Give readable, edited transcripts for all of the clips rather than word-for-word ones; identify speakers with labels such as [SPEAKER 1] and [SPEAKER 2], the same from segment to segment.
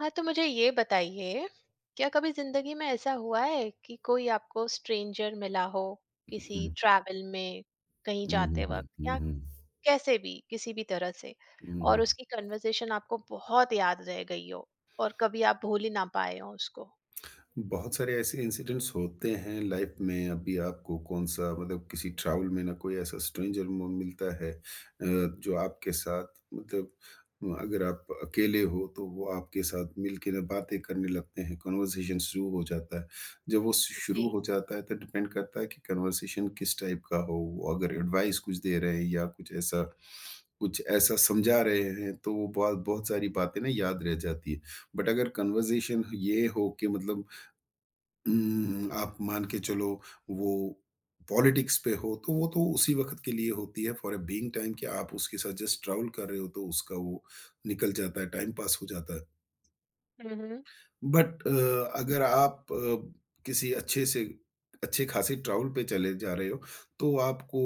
[SPEAKER 1] हाँ, तो मुझे ये बताइए, क्या कभी जिंदगी में ऐसा हुआ है कि कोई आपको स्ट्रेंजर मिला हो किसी
[SPEAKER 2] Mhm,
[SPEAKER 1] ट्रैवल में, कहीं जाते
[SPEAKER 2] mhm,
[SPEAKER 1] वक्त या
[SPEAKER 2] mhm,
[SPEAKER 1] कैसे भी किसी भी तरह से, और
[SPEAKER 2] mhm.
[SPEAKER 1] उसकी कन्वर्सेशन आपको बहुत याद रह गई हो और कभी आप भूल ही ना पाए हो उसको।
[SPEAKER 2] बहुत सारे ऐसे इंसिडेंट्स होते हैं लाइफ में। अभी आपको कौन-सा मतलब किसी ट्रैवल में ना कोई ऐसा स्ट्रेंजर म मिलता है जो आपके साथ मतलब अगर आप अकेले हो तो वो आपके साथ मिल के ना बातें करने लगते हैं, कन्वर्सेशन शुरू हो जाता है। जब वो श शुरू
[SPEAKER 1] जी।
[SPEAKER 2] हो जाता है तो डिपेंड करता है कि कन्वर्सेशन किस टाइप का हो। वो अगर एडवाइस कुछ दे रहे हैं या कुछ ऐसा समझा रहे हैं तो वो बहुत बहुत सारी बातें ना याद रह जाती है। बट अगर कन्वर्सेशन ये हो कि मतलब आप मान के चलो वो पॉलिटिक्स पे हो, तो वो तो उसी वक़्त के लिए होती है फॉर अ बीइंग टाइम कि आप उसके साथ जस्ट ट्रैवल कर रहे हो, तो उसका वो निकल जाता है, टाइम पास हो जाता है।
[SPEAKER 1] हम्म।
[SPEAKER 2] बट अगर आप किसी अच्छे से अच्छे खासे ट्रैवल पे चले जा रहे हो, तो आपको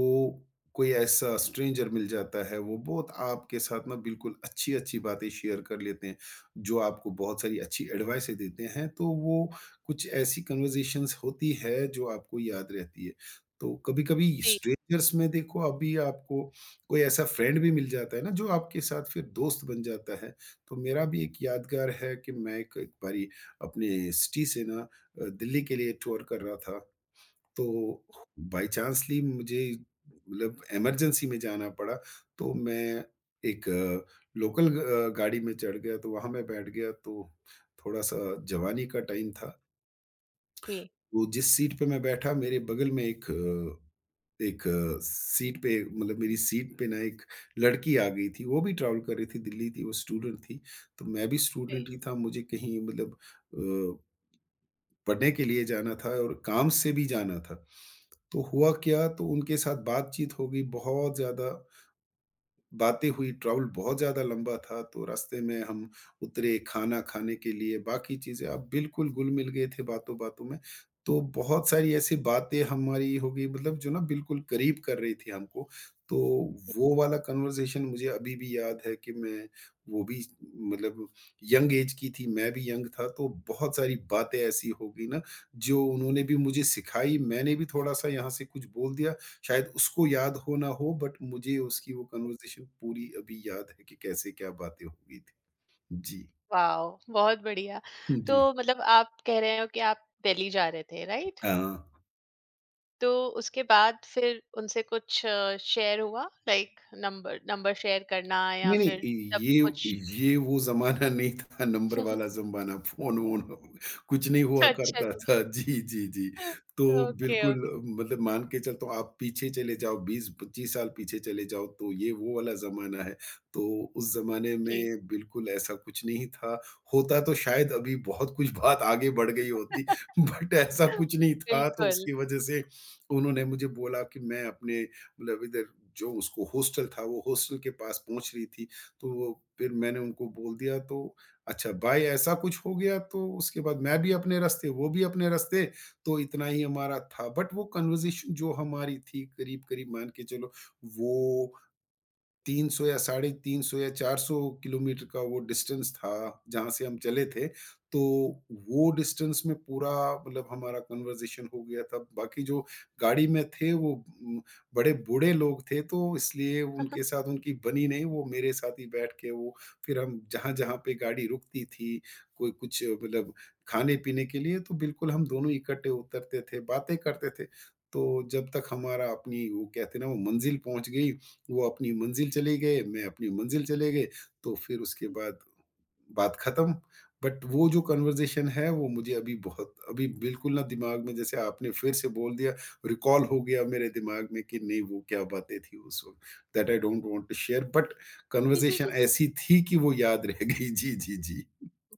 [SPEAKER 2] कोई ऐसा स्ट्रेंजर मिल जाता है, वो बहुत आपके साथ ना बिल्कुल अच्छी-अच्छी बातें शेयर कर लेते हैं, जो आपको बहुत सारी अच्छी एडवाइसें देते हैं, तो वो कुछ ऐसी कन्वर्ज़ेशंस होती है, जो आपको याद रहती है। तो कभी-कभी
[SPEAKER 1] जी,
[SPEAKER 2] स्ट्रेंजर्स में देखो अभी आपको कोई ऐसा फ्रेंड भी मिल जाता है ना, जो आपके साथ फिर दोस्त बन जाता है। तो मेरा भी एक यादगार है कि मैं एक एक बारी अपने सिटी से ना दिल्ली के लिए टूर कर रहा था, तो बाय चांसली मुझे मतलब इमरजेंसी में जाना पड़ा, तो मैं एक लोकल गाड़ी में चढ़ गया, तो वहाँ मैं बैठ गया, तो थोड़ा-सा जवानी का टाइम था।
[SPEAKER 1] जी,
[SPEAKER 2] तो जिस सीट पे मैं बैठा, मेरे बगल में सीट पे मतलब मेरी सीट पे ना एक लड़की आ गई थी, वो भी ट्रैवल कर रही थी, दिल्ली थी, वो स्टूडेंट थी, तो मैं भी
[SPEAKER 1] जी,
[SPEAKER 2] स्टूडेंट ही था, मुझे कहीं मतलब अ पढ़ने के लिए जाना था और काम से भी जाना था। तो हुआ क्या, तो उनके साथ बातचीत हो गई बहुत ज़्यादा बातें हुई, ट्रैवल बहुत ज़्यादा लंबा था, तो रास्ते में हम उतरे खाना खाने के लिए, बाकी चीज़ें अब बिल्कुल घुल-मिल गए थे बातों-बातों में। तो बहुत सारी ऐसी बातें हमारी हो गई मतलब जो ना बिल्कुल करीब कर रही थी हमको। तो वो वाला कन्वर्सेशन मुझे अभी भी याद है कि मैं वो भी मतलब यंग ऐज की थी, मैं भी यंग था, तो बहुत सारी बातें ऐसी हो गई ना, जो उन्होंने भी मुझे सिखाई, मैंने भी थोड़ा-सा यहाँ से कुछ बोल दिया। शायद उसको याद हो ना हो बट मुझे उसकी वो कन्वर्सेशन पूरी अभी याद है कि कैसे क्या बातें हो गई थी। जी,
[SPEAKER 1] वाह। बहुत बढ़िया। तो
[SPEAKER 2] जी।
[SPEAKER 1] मतलब आप कह रहे हो कि आप दिल्ली जा रहे थे, राइट?
[SPEAKER 2] हाँ।
[SPEAKER 1] तो उसके बाद फिर उनसे कुछ शेयर हुआ, लाइक नंबर नंबर शेयर करना या
[SPEAKER 2] नहीं, नहीं
[SPEAKER 1] फिर सब कुछ।
[SPEAKER 2] ये वो ज़माना नहीं था नंबर वाला ज़माना फ़ोन-वोन कुछ नहीं हुआ
[SPEAKER 1] अच्छा
[SPEAKER 2] करता
[SPEAKER 1] जी।
[SPEAKER 2] था। जी, जी, जी। तो
[SPEAKER 1] ओके
[SPEAKER 2] बिल्कुल
[SPEAKER 1] ओके।
[SPEAKER 2] मतलब मान के चलता हूँ आप पीछे चले जाओ 20-25 साल पीछे चले जाओ तो ये वो वाला ज़माना है। तो उस ज़माने
[SPEAKER 1] ठीक।
[SPEAKER 2] में बिल्कुल ऐसा कुछ नहीं था। होता तो शायद अभी बहुत कुछ बात आगे बढ़ गई होती बट ऐसा कुछ नहीं था तो
[SPEAKER 1] बिल्कुल।
[SPEAKER 2] उसकी वज़ह से उन्होंने मुझे बोला कि मैं अपने मतलब इधर जो उसको हॉस्टल था वो हॉस्टल के पास पहुँच रही थी, तो वो फिर मैंने उनको बोल दिया तो अच्छा भाई ऐसा कुछ हो गया तो उसके बाद मैं भी अपने रास्ते, वो भी अपने रास्ते तो इतना ही हमारा था। बट वो कन्वर्सेशन जो हमारी थी करीब-करीब मान के चलो वो 300 या साढ़े 300 या 400 किलोमीटर का वो डिस्टेंस था, जहाँ से हम चले थे। तो वो डिस्टेंस में पूरा मतलब हमारा कन्वर्सेशन हो गया था। बाकी जो गाड़ी में थे वो उम, बड़े बूढ़े लोग थे, तो इसलिए उनके साथ उनकी बनी नहीं, वो मेरे साथ ही बैठ के वो फिर हम जहाँ-जहाँ पे गाड़ी रुकती थी, कोई कुछ मतलब खाने-पीने के लिए, तो बिल्कुल हम दोनों इकट्ठे उतरते थे, बातें करते थे। तो जब तक हमारा अपनी वो कहते हैं ना, वो मंज़िल पहुँच गई वो अपनी मंज़िल चले गए, मैं अपनी मंज़िल चले गए, तो फिर उसके बाद बात ख़त्म। बट वो जो कन्वर्ज़ेशन है वो मुझे अभी बहुत अभी बिल्कुल ना दिमाग में जैसे आपने फिर से बोल दिया, रिकॉल हो गया मेरे दिमाग में कि
[SPEAKER 1] 음.
[SPEAKER 2] नहीं वो क्या बातें थी उस वक़्त that I don't want to share but
[SPEAKER 1] 음।
[SPEAKER 2] Conversation ऐसी थी कि वो याद रह गई। जी, जी, जी।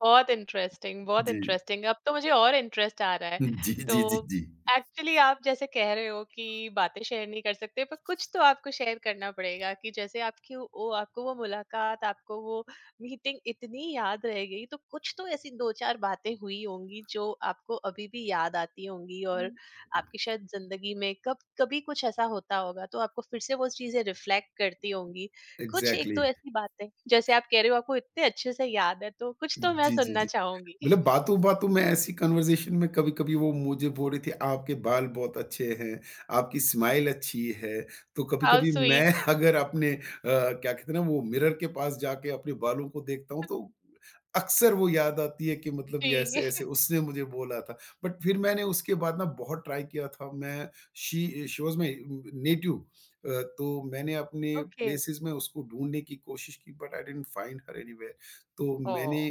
[SPEAKER 1] बहुत इंटरेस्टिंग, बहुत
[SPEAKER 2] जी।
[SPEAKER 1] इंटरेस्टिंग। अब तो मुझे और इंटरेस्ट आ रहा है।
[SPEAKER 2] जी,
[SPEAKER 1] तो
[SPEAKER 2] जी, जी, जी।
[SPEAKER 1] एक्चुअली आप जैसे कह रहे हो कि बातें शेयर नहीं कर सकते, पर कुछ तो आपको शेयर करना पड़ेगा कि जैसे आपकी वो, आपको वो मुलाकात, आपको वो मीटिंग इतनी याद रह गई, तो कुछ तो ऐसी 2-4 बातें हुई होंगी जो आपको अभी भी याद आती होंगी, और आपकी शायद ज़िंदगी में कब कभी कुछ ऐसा होता होगा, तो आपको फिर से वो चीज़ें रिफ्लेक्ट करती होंगी। कुछ
[SPEAKER 2] एग्ज़ैक्टली।
[SPEAKER 1] 1-2 ऐसी बातें, जैसे आप कह रहे हो आपको इतने अच्छे से याद है, तो कुछ तो मैं
[SPEAKER 2] जी, जी,
[SPEAKER 1] सुनना
[SPEAKER 2] जी।
[SPEAKER 1] चाहूँगी।
[SPEAKER 2] मतलब बातों-बातों में ऐसी कन्वर्सेशन में कभी-कभी वो मुझे बोल रही थी, "आपके बाल बहुत अच्छे हैं, आपकी स्माइल अच्छी है।" तो
[SPEAKER 1] हाउ
[SPEAKER 2] कभी-कभी मैं
[SPEAKER 1] स्वीट।
[SPEAKER 2] अगर अपने क्या कहते हैं ना वो मिरर के पास जाके अपने बालों को देखता हूँ तो अक्सर वो याद आती है कि मतलब ये
[SPEAKER 1] जी।
[SPEAKER 2] ऐसे-ऐसे उसने मुझे बोला था। बट फिर मैंने उसके बाद ना बहुत ट्राई किया था मैं she she was my native तो मैंने अपने
[SPEAKER 1] ओके।
[SPEAKER 2] प्लेसेस में उसको ढूँढने की कोशिश की but I didn't find her anywhere. तो
[SPEAKER 1] ओह!
[SPEAKER 2] मैंने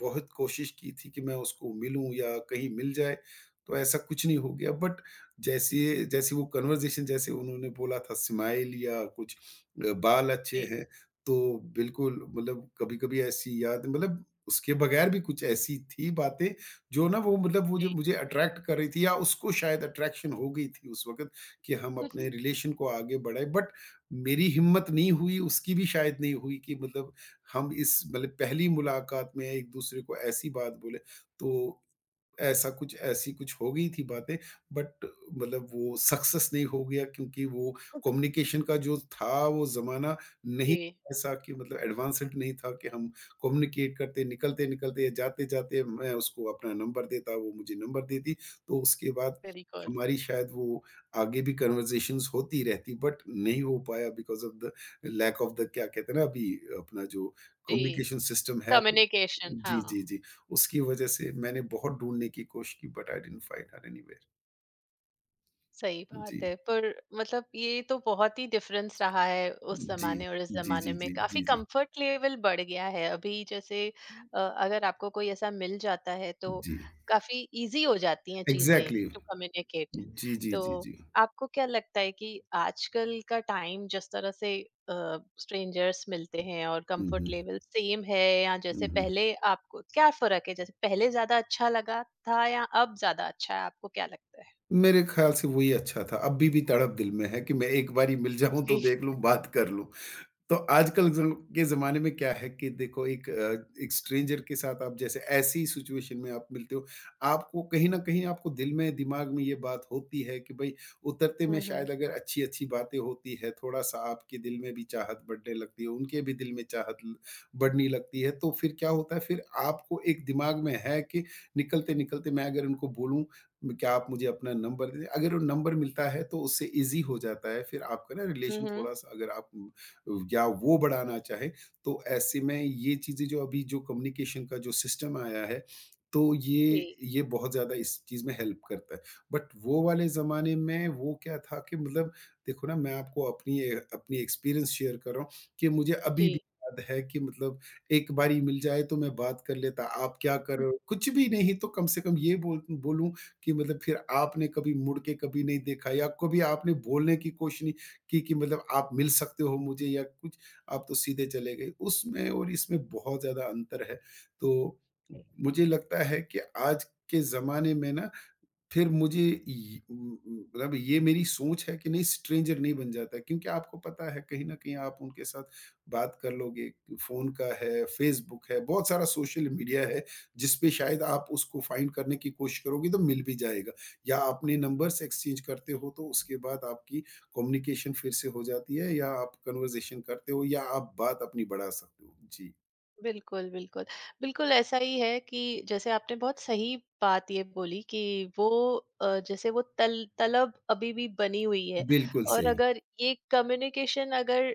[SPEAKER 2] बहुत कोशिश की थी कि मैं उसको मिलूँ या कहीं मिल जाए, तो ऐसा कुछ नहीं हो गया बट जैसे जैसे वो कन्वर्सेशन जैसे उन्होंने बोला था स्माइल या कुछ बाल अच्छे
[SPEAKER 1] जी,
[SPEAKER 2] हैं, तो बिल्कुल मतलब कभी-कभी ऐसी याद मतलब उसके बगैर भी कुछ ऐसी थी बातें जो ना वो मतलब वो जो
[SPEAKER 1] जी।
[SPEAKER 2] मुझे अट्रैक्ट कर रही थी या उसको शायद अट्रैक्शन हो गई थी उस वक़्त कि हम अपने रिलेशन को आगे बढ़ाएँ बट मेरी हिम्मत नहीं हुई, उसकी भी शायद नहीं हुई कि मतलब हम इस मतलब पहली मुलाकात में एक-दूसरे को ऐसी बात बोले, तो ऐसा कुछ ऐसी कुछ हो गई थी बातें बट मतलब वो सक्सेस नहीं हो गया क्योंकि वो कम्युनिकेशन का जो था वो ज़माना नहीं
[SPEAKER 1] जी,
[SPEAKER 2] ऐसा कि मतलब एडवांस्ड नहीं था कि हम कम्युनिकेट करते निकलते निकलते या जाते जाते मैं उसको अपना नंबर देता वो मुझे नंबर देती तो उसके बाद
[SPEAKER 1] बिल्कुल।
[SPEAKER 2] हमारी शायद वो आगे भी कन्वर्जेशंस होती रहती बट नहीं हो पाया because of the lack of the क्या कहते हैं ना अभी अपना जो
[SPEAKER 1] जी,
[SPEAKER 2] कम्युनिकेशन सिस्टम है
[SPEAKER 1] कम्युनिकेशन,
[SPEAKER 2] जी
[SPEAKER 1] हाँ।
[SPEAKER 2] जी जी उसकी वजह से मैंने बहुत ढूँढने की कोशिश की but I didn't find her anywhere.
[SPEAKER 1] सही
[SPEAKER 2] जी।
[SPEAKER 1] बात है। पर मतलब ये तो बहुत ही डिफरेंस रहा है उस
[SPEAKER 2] जी।
[SPEAKER 1] ज़माने और इस
[SPEAKER 2] जी, जी,
[SPEAKER 1] ज़माने में।
[SPEAKER 2] जी, जी,
[SPEAKER 1] काफ़ी
[SPEAKER 2] जी,
[SPEAKER 1] कंफर्ट लेवल बढ़ गया है। अभी जैसे अगर आपको कोई ऐसा मिल जाता है तो
[SPEAKER 2] जी।
[SPEAKER 1] काफ़ी ईज़ी हो जाती हैं चीज़ें
[SPEAKER 2] एग्ज़ैक्टली।
[SPEAKER 1] To communicate.
[SPEAKER 2] जी, जी, जी,
[SPEAKER 1] तो
[SPEAKER 2] जी।
[SPEAKER 1] आपको क्या लगता है कि आजकल का टाइम जिस तरह से, अ, स्ट्रेंजर्स मिलते हैं और
[SPEAKER 2] हुँ,
[SPEAKER 1] कंफर्ट
[SPEAKER 2] हुँ।
[SPEAKER 1] लेवल सेम है, या जैसे
[SPEAKER 2] हुँ, हुँ।
[SPEAKER 1] पहले, आपको क्या फ़र्क है? जैसे पहले ज़्यादा अच्छा लगा था या अब ज़्यादा अच्छा है? आपको क्या लगता है?
[SPEAKER 2] मेरे ख़्याल से वही अच्छा था। अभी भी तड़प दिल में है कि मैं एक बारी मिल जाऊँ तो
[SPEAKER 1] जी।
[SPEAKER 2] देख लूँ, बात कर लूँ। तो आजकल ज़म के ज़माने में क्या है कि देखो एक एक स्ट्रेंजर के साथ आप जैसे ऐसी सिचुएशन में आप मिलते हो, आपको कहीं न कहीं आपको दिल में, दिमाग में ये बात होती है कि भई उतरते में
[SPEAKER 1] हुँ, हुँ।
[SPEAKER 2] शायद अगर अच्छी-अच्छी बातें होती है, थोड़ा-सा आपके दिल में भी चाहत बढ़ने लगती है, उनके भी दिल में चाहत ल बढ़ने लगती है, तो फिर क्या होता है फिर आपको एक दिमाग में है कि निकलते-निकलते मैं अगर उनको बोलूँ क्या आप मुझे अपना नंबर दे दें? अगर वो नंबर मिलता है तो उससे ईज़ी हो जाता है, फिर आपका ना
[SPEAKER 1] हुँ,
[SPEAKER 2] रिलेशन
[SPEAKER 1] हुँ।
[SPEAKER 2] थोड़ा-सा अगर आप या वो बढ़ाना चाहे, तो ऐसे में ये चीज़ें जो अभी जो कम्युनिकेशन का जो सिस्टम आया है, तो ये
[SPEAKER 1] जी,
[SPEAKER 2] ये बहुत ज़्यादा इस चीज़ में हेल्प करता है। बट वो वाले ज़माने में वो क्या था कि मतलब देखो ना मैं आपको अपनी एक्सपीरियंस शेयर कर रहा हूँ कि मुझे अभी
[SPEAKER 1] जी।
[SPEAKER 2] भी याद है कि मतलब एक बारी मिल जाए तो मैं बात कर लेता, आप क्या कर रहे हो? कुछ भी नहीं तो कम से कम ये बोलूँ कि मतलब फिर आपने कभी मुड़ के कभी नहीं देखा या कभी आपने बोलने की कोशिश नहीं कि मतलब आप मिल सकते हो मुझे या कुछ, आप तो सीधे चले गए। उसमें और इसमें बहुत ज़्यादा अंतर है। तो मुझे लगता है कि आज के ज़माने में ना फिर मुझे य मतलब ये मेरी सोच है कि नहीं स्ट्रेंजर नहीं बन जाता है क्योंकि आपको पता है कहीं न कहीं आप उनके साथ बात कर लोगे, फ़ोन का है, फ़ेसबुक है, बहुत सारा सोशल मीडिया है, जिस पे शायद आप उसको फाइंड करने की कोशिश करोगे तो मिल भी जाएगा या अपने नंबर्स एक्सचेंज करते हो तो उसके बाद आपकी कम्युनिकेशन फिर से हो जाती है या आप कन्वर्सेशन करते हो या आप बात अपनी बढ़ा सकते हो। जी,
[SPEAKER 1] बिल्कुल, बिल्कुल। बिल्कुल, ऐसा ही है कि जैसे आपने बहुत सही बात ये बोली कि वो, जैसे वो तल तलब अभी भी बनी हुई है,
[SPEAKER 2] बिल्कुल
[SPEAKER 1] और
[SPEAKER 2] सही।
[SPEAKER 1] अगर ये कम्युनिकेशन अगर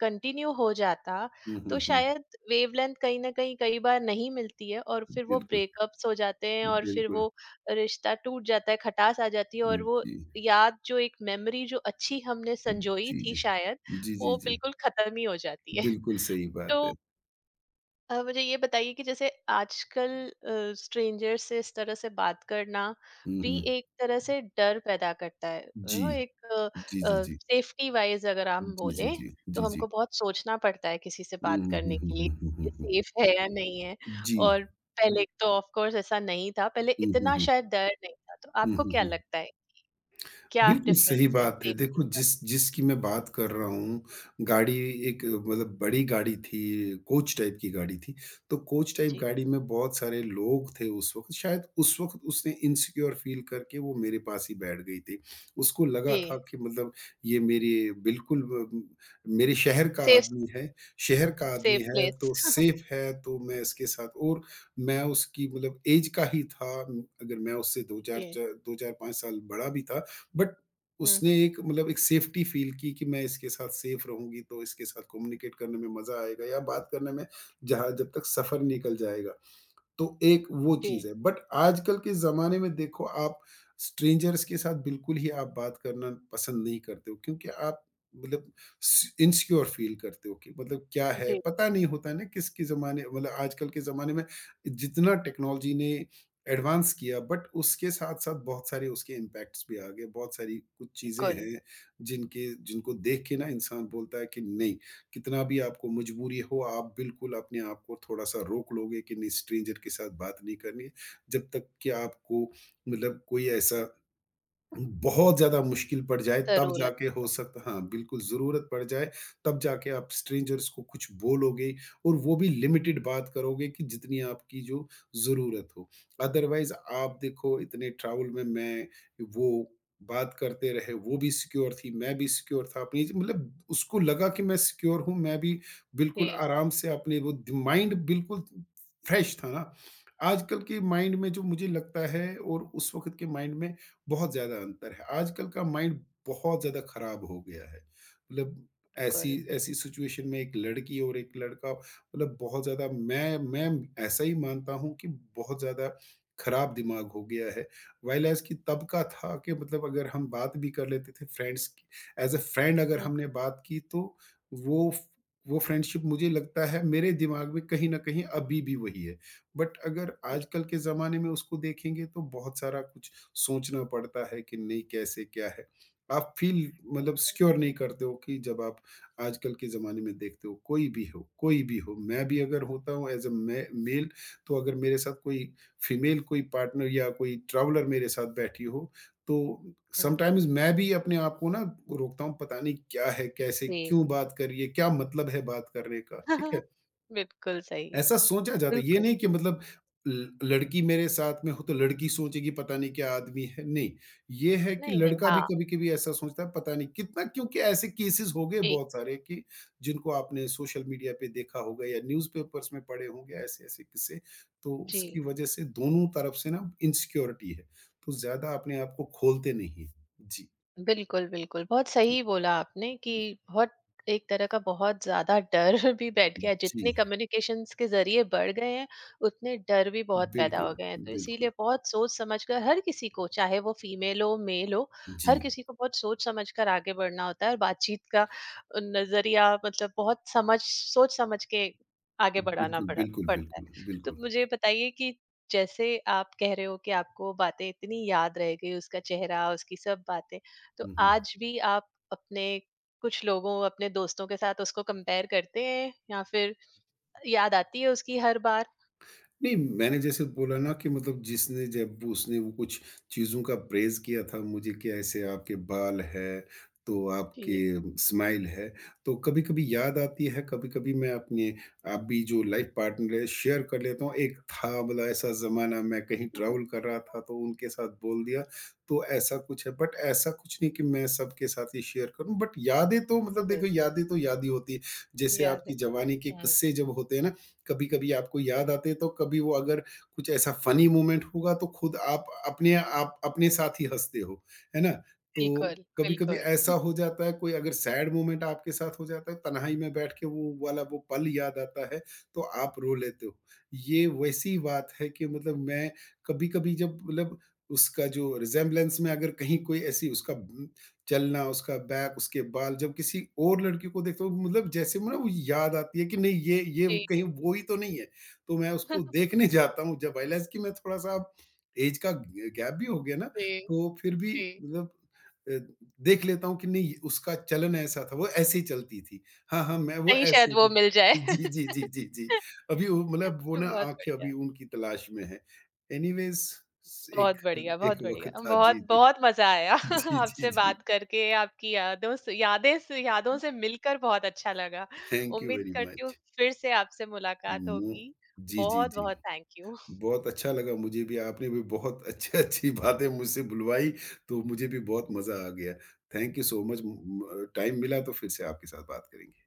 [SPEAKER 1] कंटिन्यू हो जाता,
[SPEAKER 2] हुँ, हुँ,
[SPEAKER 1] तो
[SPEAKER 2] हुँ।
[SPEAKER 1] शायद वेवलेंथ कहीं न कहीं कई बार नहीं मिलती है और फिर वो
[SPEAKER 2] बिल्कुल,
[SPEAKER 1] ब्रेकअप्स हो जाते हैं और फिर
[SPEAKER 2] बिल्कुल।
[SPEAKER 1] वो रिश्ता टूट जाता है, खटास आ जाती है,
[SPEAKER 2] हुँ,
[SPEAKER 1] और वो
[SPEAKER 2] जी।
[SPEAKER 1] याद जो एक मेमोरी जो अच्छी हमने संजोई
[SPEAKER 2] जी,
[SPEAKER 1] थी
[SPEAKER 2] जी।
[SPEAKER 1] शायद,
[SPEAKER 2] जी, जी,
[SPEAKER 1] वो
[SPEAKER 2] जी।
[SPEAKER 1] बिल्कुल ख़त्म ही हो जाती है।
[SPEAKER 2] बिल्कुल सही बात है।
[SPEAKER 1] तो मुझे ये बताइए कि जैसे आजकल स्ट्रेंजर से इस तरह से बात करना
[SPEAKER 2] हुँ,
[SPEAKER 1] भी
[SPEAKER 2] हुँ।
[SPEAKER 1] एक तरह से डर पैदा करता है,
[SPEAKER 2] जी।
[SPEAKER 1] एक
[SPEAKER 2] जी, जी, जी।
[SPEAKER 1] सेफ्टी वाइज अगर हम
[SPEAKER 2] जी, जी,
[SPEAKER 1] बोलें,
[SPEAKER 2] जी।
[SPEAKER 1] तो
[SPEAKER 2] जी, जी।
[SPEAKER 1] हमको बहुत सोचना पड़ता है किसी से
[SPEAKER 2] हुँ,
[SPEAKER 1] बात
[SPEAKER 2] हुँ,
[SPEAKER 1] करने
[SPEAKER 2] हुँ, हुँ,
[SPEAKER 1] के लिए
[SPEAKER 2] हुँ, हुँ, हुँ,
[SPEAKER 1] ये
[SPEAKER 2] हुँ।
[SPEAKER 1] सेफ है या नहीं है।
[SPEAKER 2] जी।
[SPEAKER 1] और पहले तो ऑफ कोर्स ऐसा नहीं था, पहले
[SPEAKER 2] हुँ, हुँ,
[SPEAKER 1] इतना
[SPEAKER 2] हुँ।
[SPEAKER 1] शायद डर नहीं था। तो
[SPEAKER 2] हुँ,
[SPEAKER 1] आपको
[SPEAKER 2] हुँ,
[SPEAKER 1] क्या
[SPEAKER 2] हुँ।
[SPEAKER 1] लगता है, क्या
[SPEAKER 2] बिल्कुल सही
[SPEAKER 1] डिफरेंस है
[SPEAKER 2] बात है।
[SPEAKER 1] सेफ्टी
[SPEAKER 2] देखो
[SPEAKER 1] का?
[SPEAKER 2] जिसकी मैं बात कर रहा हूँ, गाड़ी एक मतलब बड़ी गाड़ी थी, कोच टाइप की गाड़ी थी। तो कोच टाइप
[SPEAKER 1] जी।
[SPEAKER 2] गाड़ी में बहुत सारे लोग थे उस वक़्त, शायद उस वक़्त उसने इनसिक्योर फ़ील करके वो मेरे पास ही बैठ गई थी। उसको लगा था
[SPEAKER 1] जी।
[SPEAKER 2] कि मतलब ये मेरी बिल्कुल ब मेरे शहर का
[SPEAKER 1] सेफ।
[SPEAKER 2] आदमी है, शहर का आदमी
[SPEAKER 1] सेफ
[SPEAKER 2] है तो
[SPEAKER 1] प्लेस।
[SPEAKER 2] सेफ़ है तो मैं इसके साथ और मैं उसकी मतलब ऐज का ही था, अगर मैं उससे 2-4
[SPEAKER 1] जी।
[SPEAKER 2] च 2-4-5 साल बड़ा भी था बट
[SPEAKER 1] हम्म, हम्म।
[SPEAKER 2] उसने एक मतलब एक सेफ्टी फील की कि मैं इसके साथ सेफ रहूँगी, तो इसके साथ कम्युनिकेट करने में मज़ा आएगा या बात करने में जहाँ जब तक सफ़र निकल जाएगा। तो एक वो
[SPEAKER 1] जी।
[SPEAKER 2] चीज़ है। बट आजकल के ज़माने में देखो आप स्ट्रेंजर्स के साथ बिल्कुल ही आप बात करना पसंद नहीं करते हो क्योंकि आप मतलब स इनसिक्योर फ़ील करते हो कि मतलब क्या है,
[SPEAKER 1] जी।
[SPEAKER 2] पता नहीं होता है ना किसके ज़माने मतलब आजकल के ज़माने में जितना टेक्नोलॉजी ने एडवांस किया बट उसके साथ-साथ बहुत सारे उसके इम्पैक्ट्स भी आ गए, बहुत सारी कुछ चीज़ें
[SPEAKER 1] बिल्कुल।
[SPEAKER 2] हैं जिनके जिनको देख के ना इंसान बोलता है कि नहीं कितना भी आपको मजबूरी हो, आप बिल्कुल अपने आप को थोड़ा-सा रोक लोगे कि नहीं स्ट्रेंजर के साथ बात नहीं करनी है, जब तक कि आपको मतलब कोई ऐसा बहुत ज़्यादा मुश्किल पड़ जाए तब जी।
[SPEAKER 1] जरूरत।
[SPEAKER 2] जाके हो सकता हाँ, बिल्कुल ज़रूरत पड़ जाए तब जाके आप स्ट्रेंजर्स को कुछ बोलोगे और वो भी लिमिटेड बात करोगे कि जितनी आपकी जो ज़रूरत हो। अदरवाइज़ आप देखो इतने ट्रैवल में मैं वो बात करते रहे, वो भी सिक्योर थी, मैं भी सिक्योर था अपनी मतलब उसको लगा कि मैं सिक्योर हूँ, मैं भी बिल्कुल
[SPEAKER 1] जी,
[SPEAKER 2] आराम से अपने वो दि माइंड बिल्कुल फ्रेश था ना। आजकल के माइंड में जो मुझे लगता है और उस वक़्त के माइंड में बहुत ज़्यादा अंतर है। आजकल का माइंड बहुत ज़्यादा ख़राब हो गया है। मतलब ऐसी
[SPEAKER 1] बिल्कुल।
[SPEAKER 2] ऐसी सिचुएशन में एक लड़की और एक लड़का मतलब बहुत ज़्यादा मैं ऐसा ही मानता हूँ कि बहुत ज़्यादा ख़राब दिमाग हो गया है। व्हाइल ऐज़ कि तब का था कि मतलब अगर हम बात भी कर लेते थे फ्रेंड्स की ऐज़ अ फ्रेंड अगर
[SPEAKER 1] हुँ,
[SPEAKER 2] हमने बात की तो वो फ वो फ्रेंडशिप मुझे लगता है मेरे दिमाग में कहीं न कहीं अभी भी वही है। बट अगर
[SPEAKER 1] जी।
[SPEAKER 2] आजकल के ज़माने में उसको देखेंगे तो बहुत सारा कुछ सोचना पड़ता है कि नहीं कैसे क्या है। आप फ़ील मतलब सिक्योर नहीं करते हो कि जब आप आजकल के ज़माने में देखते हो कोई भी हो, कोई भी हो। मैं भी अगर होता हूँ एज़ अ मे मेल तो अगर मेरे साथ कोई फीमेल कोई पार्टनर या कोई ट्रैवलर मेरे साथ बैठी हो तो
[SPEAKER 1] हुँ,
[SPEAKER 2] समटाइम्स मैं भी अपने आप को ना रोकता हूँ पता नहीं क्या है, कैसे
[SPEAKER 1] जी।
[SPEAKER 2] क्यों बात कर रही है, क्या मतलब है बात करने का, ठीक है?
[SPEAKER 1] बिल्कुल सही,
[SPEAKER 2] ऐसा सोचा जाता है, ये
[SPEAKER 1] बिल्कुल।
[SPEAKER 2] नहीं कि मतलब ल लड़की मेरे साथ में हो तो लड़की सोचेगी पता नहीं क्या आदमी है, नहीं। ये है कि
[SPEAKER 1] नहीं, नहीं,
[SPEAKER 2] लड़का
[SPEAKER 1] हाँ,
[SPEAKER 2] भी कभी-कभी ऐसा सोचता है पता नहीं कितना क्योंकि ऐसे केसेस हो गए
[SPEAKER 1] जी,
[SPEAKER 2] बहुत सारे कि जिनको आपने सोशल मीडिया पे देखा होगा या न्यूज़पेपर्स में पढ़े होंगे ऐसे-ऐसे किस्से, तो
[SPEAKER 1] जी।
[SPEAKER 2] उसकी वजह से दोनों तरफ से ना इनसिक्योरिटी है, तो ज़्यादा अपने आप को खोलते नहीं हैं। जी,
[SPEAKER 1] बिल्कुल, बिल्कुल। बहुत
[SPEAKER 2] जी।
[SPEAKER 1] सही बोला आपने कि बहुत एक तरह का बहुत ज़्यादा डर भी बैठ गया है।
[SPEAKER 2] जी,
[SPEAKER 1] जितने कम्युनिकेशंस के ज़रिए बढ़ गए हैं, उतने डर भी बहुत पैदा हो
[SPEAKER 2] बिल्कुल,
[SPEAKER 1] गए हैं। तो
[SPEAKER 2] बिल्कुल।
[SPEAKER 1] इसीलिए बहुत सोच-समझ कर हर किसी को, चाहे वो फीमेल हो, मेल हो, हर
[SPEAKER 2] जी,
[SPEAKER 1] किसी को बहुत सोच-समझ कर आगे बढ़ना होता है, और बातचीत का नज़रिया मतलब बहुत समझ सोच-समझ के आगे बढ़ाना
[SPEAKER 2] बिल्कुल,
[SPEAKER 1] पड़ा
[SPEAKER 2] बिल्कुल,
[SPEAKER 1] पड़ता है।
[SPEAKER 2] बिल्कुल,
[SPEAKER 1] तो
[SPEAKER 2] बिल्कुल।
[SPEAKER 1] मुझे बताइए कि जैसे आप कह रहे हो कि आपको बातें इतनी याद रह गई, उसका चेहरा, उसकी सब बातें, तो
[SPEAKER 2] हुँ, हुँ।
[SPEAKER 1] आज भी आप अपने कुछ लोगों, अपने दोस्तों के साथ उसको कंपेयर करते हैं या फिर याद आती है उसकी हर बार?
[SPEAKER 2] नहीं, मैंने जैसे बोला ना कि मतलब जिसने जब उसने वो कुछ चीज़ों का प्रेज़ किया था मुझे कि ऐसे आपके बाल हैं, तो
[SPEAKER 1] जी।
[SPEAKER 2] आपके स्माइल है, तो कभी-कभी याद आती है, कभी-कभी मैं अपने अभी जो लाइफ़ पार्टनर है शेयर कर लेता हूँ। एक था मतलब ऐसा ज़माना मैं कहीं ट्रैवल कर रहा था तो उनके साथ बोल दिया, तो ऐसा कुछ है। बट ऐसा कुछ नहीं कि मैं सबके साथ ये शेयर करूँ बट यादें तो मतलब देखो यादें तो याद ही होती है।
[SPEAKER 1] जी,
[SPEAKER 2] जैसे
[SPEAKER 1] याद है।
[SPEAKER 2] आपकी जवानी के
[SPEAKER 1] हम्म।
[SPEAKER 2] किस्से जब होते हैं ना कभी-कभी आपको याद आते हैं, तो कभी वो अगर कुछ ऐसा फ़नी मोमेंट होगा, तो खुद आप अपने साथ ही हँसते हो, है ना? तो
[SPEAKER 1] बिल्कुल।
[SPEAKER 2] कभी-कभी
[SPEAKER 1] बिल्कुल।
[SPEAKER 2] ऐसा हो जाता है, कोई अगर सैड मोमेंट आपके साथ हो जाता है, तन्हाई में बैठ के वो वाला वो पल याद आता है, तो आप रो लेते हो। ये वैसी बात है कि मतलब मैं कभी-कभी जब मतलब उसका जो रिज़ेम्बलेंस में अगर कहीं कोई ऐसी उसका चलना, उसका बैक, उसके बाल जब किसी और लड़की को देखता हूँ मतलब जैसे मुझे ना वो याद आती है कि नहीं ये ये वो कहीं
[SPEAKER 1] जी।
[SPEAKER 2] वो ही तो नहीं है। तो मैं उसको देखने जाता हूँ जब रियलाइज़ कि मैं थोड़ा-सा अब ऐज का ग गैप भी हो गया ना,
[SPEAKER 1] जी।
[SPEAKER 2] तो फिर भी
[SPEAKER 1] जी।
[SPEAKER 2] मतलब अ, देख लेता हूँ कि नहीं उसका चलन ऐसा था, वो ऐसे ही चलती थी। हाँ, हाँ, मैं वो
[SPEAKER 1] कहीं
[SPEAKER 2] ऐसे
[SPEAKER 1] शायद
[SPEAKER 2] ही
[SPEAKER 1] वो
[SPEAKER 2] थी।
[SPEAKER 1] मिल जाए।
[SPEAKER 2] जी, जी, जी, जी, जी। अभी वो मतलब वो ना
[SPEAKER 1] बहुत
[SPEAKER 2] आँखें अभी
[SPEAKER 1] बढ़िया,
[SPEAKER 2] उनकी तलाश में हैं। एनीवेज़ एक
[SPEAKER 1] बहुत बढ़िया,
[SPEAKER 2] एक
[SPEAKER 1] बहुत बढ़िया।
[SPEAKER 2] वक़्त था।
[SPEAKER 1] बहुत
[SPEAKER 2] जी, जी।
[SPEAKER 1] बहुत मजा आया।
[SPEAKER 2] जी, जी,
[SPEAKER 1] आपसे
[SPEAKER 2] जी।
[SPEAKER 1] बात करके, आपकी यादों से मिलकर बहुत अच्छा लगा।
[SPEAKER 2] थैंक यू
[SPEAKER 1] उम्मीद
[SPEAKER 2] वेरी
[SPEAKER 1] करती हूँ
[SPEAKER 2] मच।
[SPEAKER 1] फिर से आपसे मुलाकात
[SPEAKER 2] मु
[SPEAKER 1] होगी।
[SPEAKER 2] जी, जी,
[SPEAKER 1] बहुत
[SPEAKER 2] जी।
[SPEAKER 1] बहुत थैंक यू।
[SPEAKER 2] बहुत अच्छा लगा मुझे भी, आपने भी बहुत अच्छी-अच्छी बातें मुझसे बुलवाई, तो मुझे भी बहुत मज़ा आ गया। थैंक यू सो मच म म टाइम मिला तो फिर से आपके साथ बात करेंगे।